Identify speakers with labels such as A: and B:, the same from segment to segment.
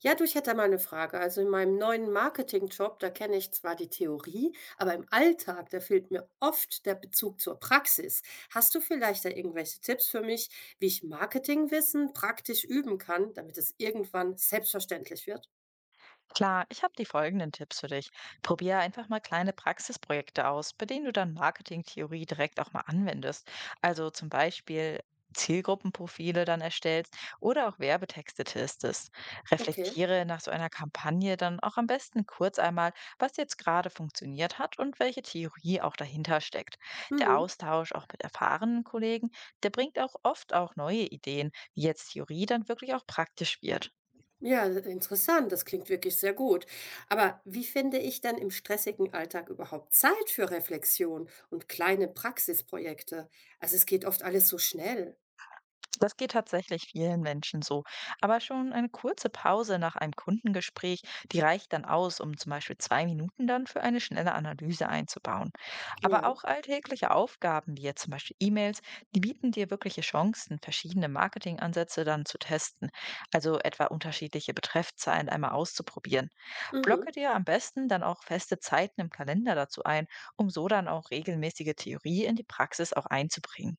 A: Ja, du, ich hätte da mal eine Frage. Also, in meinem neuen Marketingjob, da kenne ich zwar die Theorie, aber im Alltag, da fehlt mir oft der Bezug zur Praxis. Hast du vielleicht da irgendwelche Tipps für mich, wie ich Marketingwissen praktisch üben kann, damit es irgendwann selbstverständlich wird?
B: Klar, ich habe die folgenden Tipps für dich. Probier einfach mal kleine Praxisprojekte aus, bei denen du dann Marketingtheorie direkt auch mal anwendest. Also zum Beispiel Zielgruppenprofile dann erstellst oder auch Werbetexte testest.
A: Okay.
B: Reflektiere nach so einer Kampagne dann auch am besten kurz einmal, was jetzt gerade funktioniert hat und welche Theorie auch dahinter steckt. Der
A: Mhm.
B: Austausch auch mit erfahrenen Kollegen, der bringt auch oft auch neue Ideen, wie jetzt Theorie dann wirklich auch praktisch wird.
A: Ja, interessant. Das klingt wirklich sehr gut. Aber wie finde ich dann im stressigen Alltag überhaupt Zeit für Reflexion und kleine Praxisprojekte? Also, es geht oft alles so schnell.
B: Das geht tatsächlich vielen Menschen so. Aber schon eine kurze Pause nach einem Kundengespräch, die reicht dann aus, um zum Beispiel 2 Minuten dann für eine schnelle Analyse einzubauen. Aber
A: Ja.
B: auch alltägliche Aufgaben, wie jetzt zum Beispiel E-Mails, die bieten dir wirkliche Chancen, verschiedene Marketingansätze dann zu testen. Also etwa unterschiedliche Betreffzeilen einmal auszuprobieren.
A: Mhm.
B: Blocke dir am besten dann auch feste Zeiten im Kalender dazu ein, um so dann auch regelmäßige Theorie in die Praxis auch einzubringen.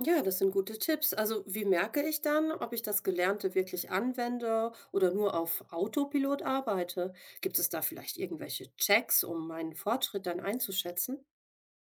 A: Ja, das sind gute Tipps. Also, wie merke ich dann, ob ich das Gelernte wirklich anwende oder nur auf Autopilot arbeite? Gibt es da vielleicht irgendwelche Checks, um meinen Fortschritt dann einzuschätzen?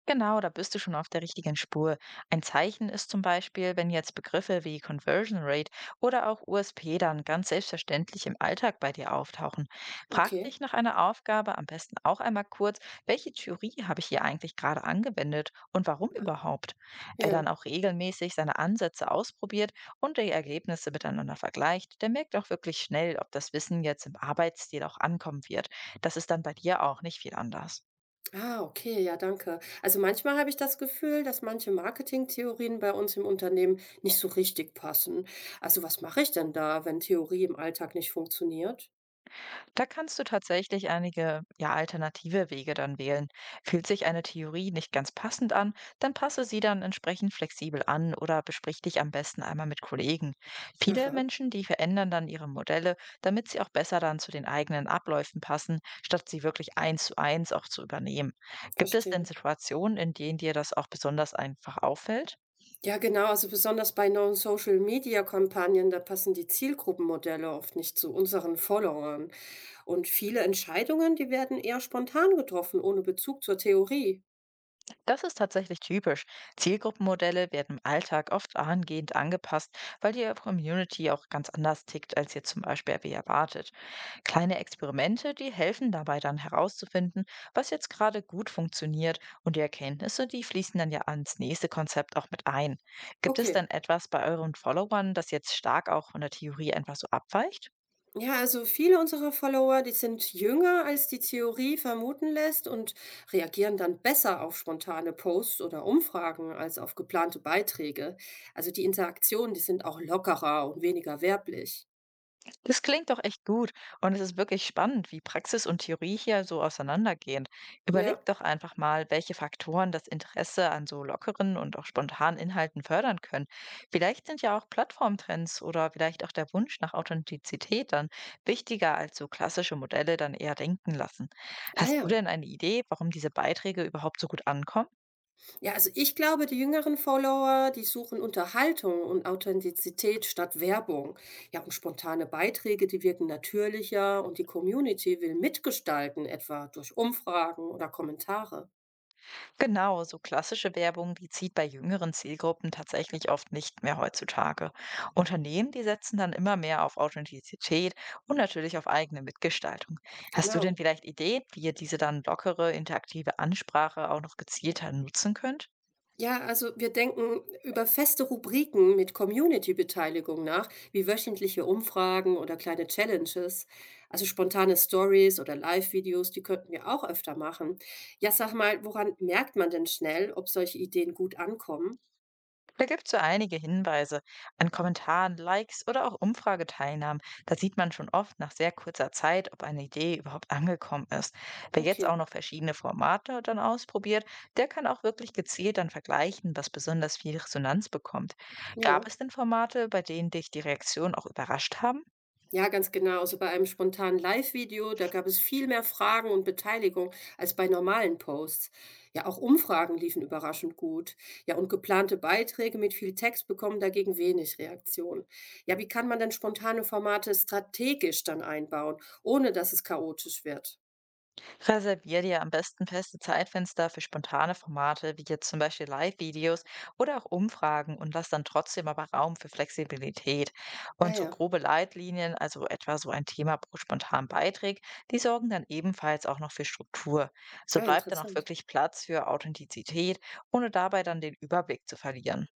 B: Genau, da bist du schon auf der richtigen Spur. Ein Zeichen ist zum Beispiel, wenn jetzt Begriffe wie Conversion Rate oder auch USP dann ganz selbstverständlich im Alltag bei dir auftauchen. Frag
A: Okay.
B: dich nach einer Aufgabe am besten auch einmal kurz: welche Theorie habe ich hier eigentlich gerade angewendet und warum überhaupt? Wer
A: Ja.
B: dann auch regelmäßig seine Ansätze ausprobiert und die Ergebnisse miteinander vergleicht, der merkt auch wirklich schnell, ob das Wissen jetzt im Arbeitsstil auch ankommen wird. Das ist dann bei dir auch nicht viel anders.
A: Ah, okay, ja, danke. Also manchmal habe ich das Gefühl, dass manche Marketingtheorien bei uns im Unternehmen nicht so richtig passen. Also was mache ich denn da, wenn Theorie im Alltag nicht funktioniert?
B: Da kannst du tatsächlich einige, ja, alternative Wege dann wählen. Fühlt sich eine Theorie nicht ganz passend an, dann passe sie dann entsprechend flexibel an oder besprich dich am besten einmal mit Kollegen. Viele
A: Aha,
B: Menschen, die verändern dann ihre Modelle, damit sie auch besser dann zu den eigenen Abläufen passen, statt sie wirklich eins zu eins auch zu übernehmen. Gibt es denn
A: verstehe.
B: Situationen, in denen dir das auch besonders einfach auffällt?
A: Ja, genau. Also besonders bei neuen Social-Media-Kampagnen, da passen die Zielgruppenmodelle oft nicht zu unseren Followern. Und viele Entscheidungen, die werden eher spontan getroffen, ohne Bezug zur Theorie.
B: Das ist tatsächlich typisch. Zielgruppenmodelle werden im Alltag oft angehend angepasst, weil die Community auch ganz anders tickt, als ihr zum Beispiel wie erwartet. Kleine Experimente, die helfen dabei dann herauszufinden, was jetzt gerade gut funktioniert, und die Erkenntnisse, die fließen dann ja ans nächste Konzept auch mit ein. Gibt es
A: Okay.
B: denn etwas bei euren Followern, das jetzt stark auch von der Theorie einfach so abweicht?
A: Ja, also viele unserer Follower, die sind jünger, als die Theorie vermuten lässt und reagieren dann besser auf spontane Posts oder Umfragen als auf geplante Beiträge. Also die Interaktionen, die sind auch lockerer und weniger werblich.
B: Das klingt doch echt gut, und es ist wirklich spannend, wie Praxis und Theorie hier so auseinandergehen. Überleg
A: Ja.
B: doch einfach mal, welche Faktoren das Interesse an so lockeren und auch spontanen Inhalten fördern können. Vielleicht sind ja auch Plattformtrends oder vielleicht auch der Wunsch nach Authentizität dann wichtiger, als so klassische Modelle dann eher denken lassen.
A: Ah
B: Hast du
A: ja.
B: denn eine Idee, warum diese Beiträge überhaupt so gut ankommen?
A: Ja, also ich glaube, die jüngeren Follower, die suchen Unterhaltung und Authentizität statt Werbung. Ja, und spontane Beiträge, die wirken natürlicher und die Community will mitgestalten, etwa durch Umfragen oder Kommentare.
B: Genau, so klassische Werbung, die zieht bei jüngeren Zielgruppen tatsächlich oft nicht mehr heutzutage. Unternehmen, die setzen dann immer mehr auf Authentizität und natürlich auf eigene Mitgestaltung. Hast du
A: Genau.
B: denn vielleicht Ideen, wie ihr diese dann lockere, interaktive Ansprache auch noch gezielter nutzen könnt?
A: Ja, also wir denken über feste Rubriken mit Community-Beteiligung nach, wie wöchentliche Umfragen oder kleine Challenges. Also spontane Stories oder Live-Videos, die könnten wir auch öfter machen. Ja, sag mal, woran merkt man denn schnell, ob solche Ideen gut ankommen?
B: Da gibt es so einige Hinweise an Kommentaren, Likes oder auch Umfrageteilnahmen. Da sieht man schon oft nach sehr kurzer Zeit, ob eine Idee überhaupt angekommen ist. Wer jetzt
A: Okay,
B: auch noch verschiedene Formate dann ausprobiert, der kann auch wirklich gezielt dann vergleichen, was besonders viel Resonanz bekommt. Gab
A: ja.
B: es denn Formate, bei denen dich die Reaktion auch überrascht haben?
A: Ja, ganz genau. Also bei einem spontanen Live-Video, da gab es viel mehr Fragen und Beteiligung als bei normalen Posts. Ja, auch Umfragen liefen überraschend gut. Ja, und geplante Beiträge mit viel Text bekommen dagegen wenig Reaktion. Ja, wie kann man denn spontane Formate strategisch dann einbauen, ohne dass es chaotisch wird?
B: Reservier dir am besten feste Zeitfenster für spontane Formate, wie jetzt zum Beispiel Live-Videos oder auch Umfragen, und lass dann trotzdem aber Raum für Flexibilität.
A: Ah
B: Und so
A: ja,
B: grobe Leitlinien, also etwa so ein Thema pro spontanen Beitrag, die sorgen dann ebenfalls auch noch für Struktur. So
A: ah,
B: bleibt dann auch
A: interessant.
B: wirklich Platz für Authentizität, ohne dabei dann den Überblick zu verlieren.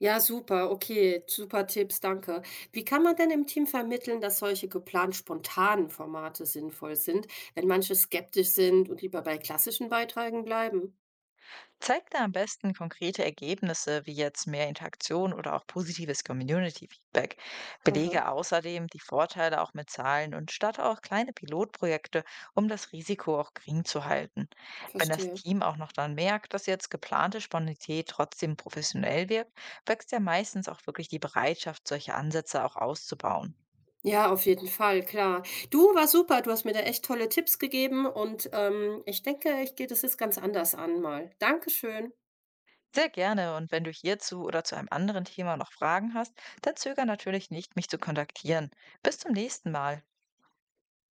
A: Ja, super, okay, super Tipps, danke. Wie kann man denn im Team vermitteln, dass solche geplant spontanen Formate sinnvoll sind, wenn manche skeptisch sind und lieber bei klassischen Beiträgen bleiben?
B: Zeig da am besten konkrete Ergebnisse wie jetzt mehr Interaktion oder auch positives Community-Feedback.
A: Aha,
B: Belege außerdem die Vorteile auch mit Zahlen und starte auch kleine Pilotprojekte, um das Risiko auch gering zu halten. Wenn das
A: verstehe.
B: Team auch noch dann merkt, dass jetzt geplante Spontanität trotzdem professionell wirkt, wächst ja meistens auch wirklich die Bereitschaft, solche Ansätze auch auszubauen.
A: Ja, auf jeden Fall, klar. Du war super, du hast mir da echt tolle Tipps gegeben und ich denke, ich gehe das jetzt ganz anders an mal. Dankeschön.
B: Sehr gerne, und wenn du hierzu oder zu einem anderen Thema noch Fragen hast, dann zöger natürlich nicht, mich zu kontaktieren. Bis zum nächsten Mal.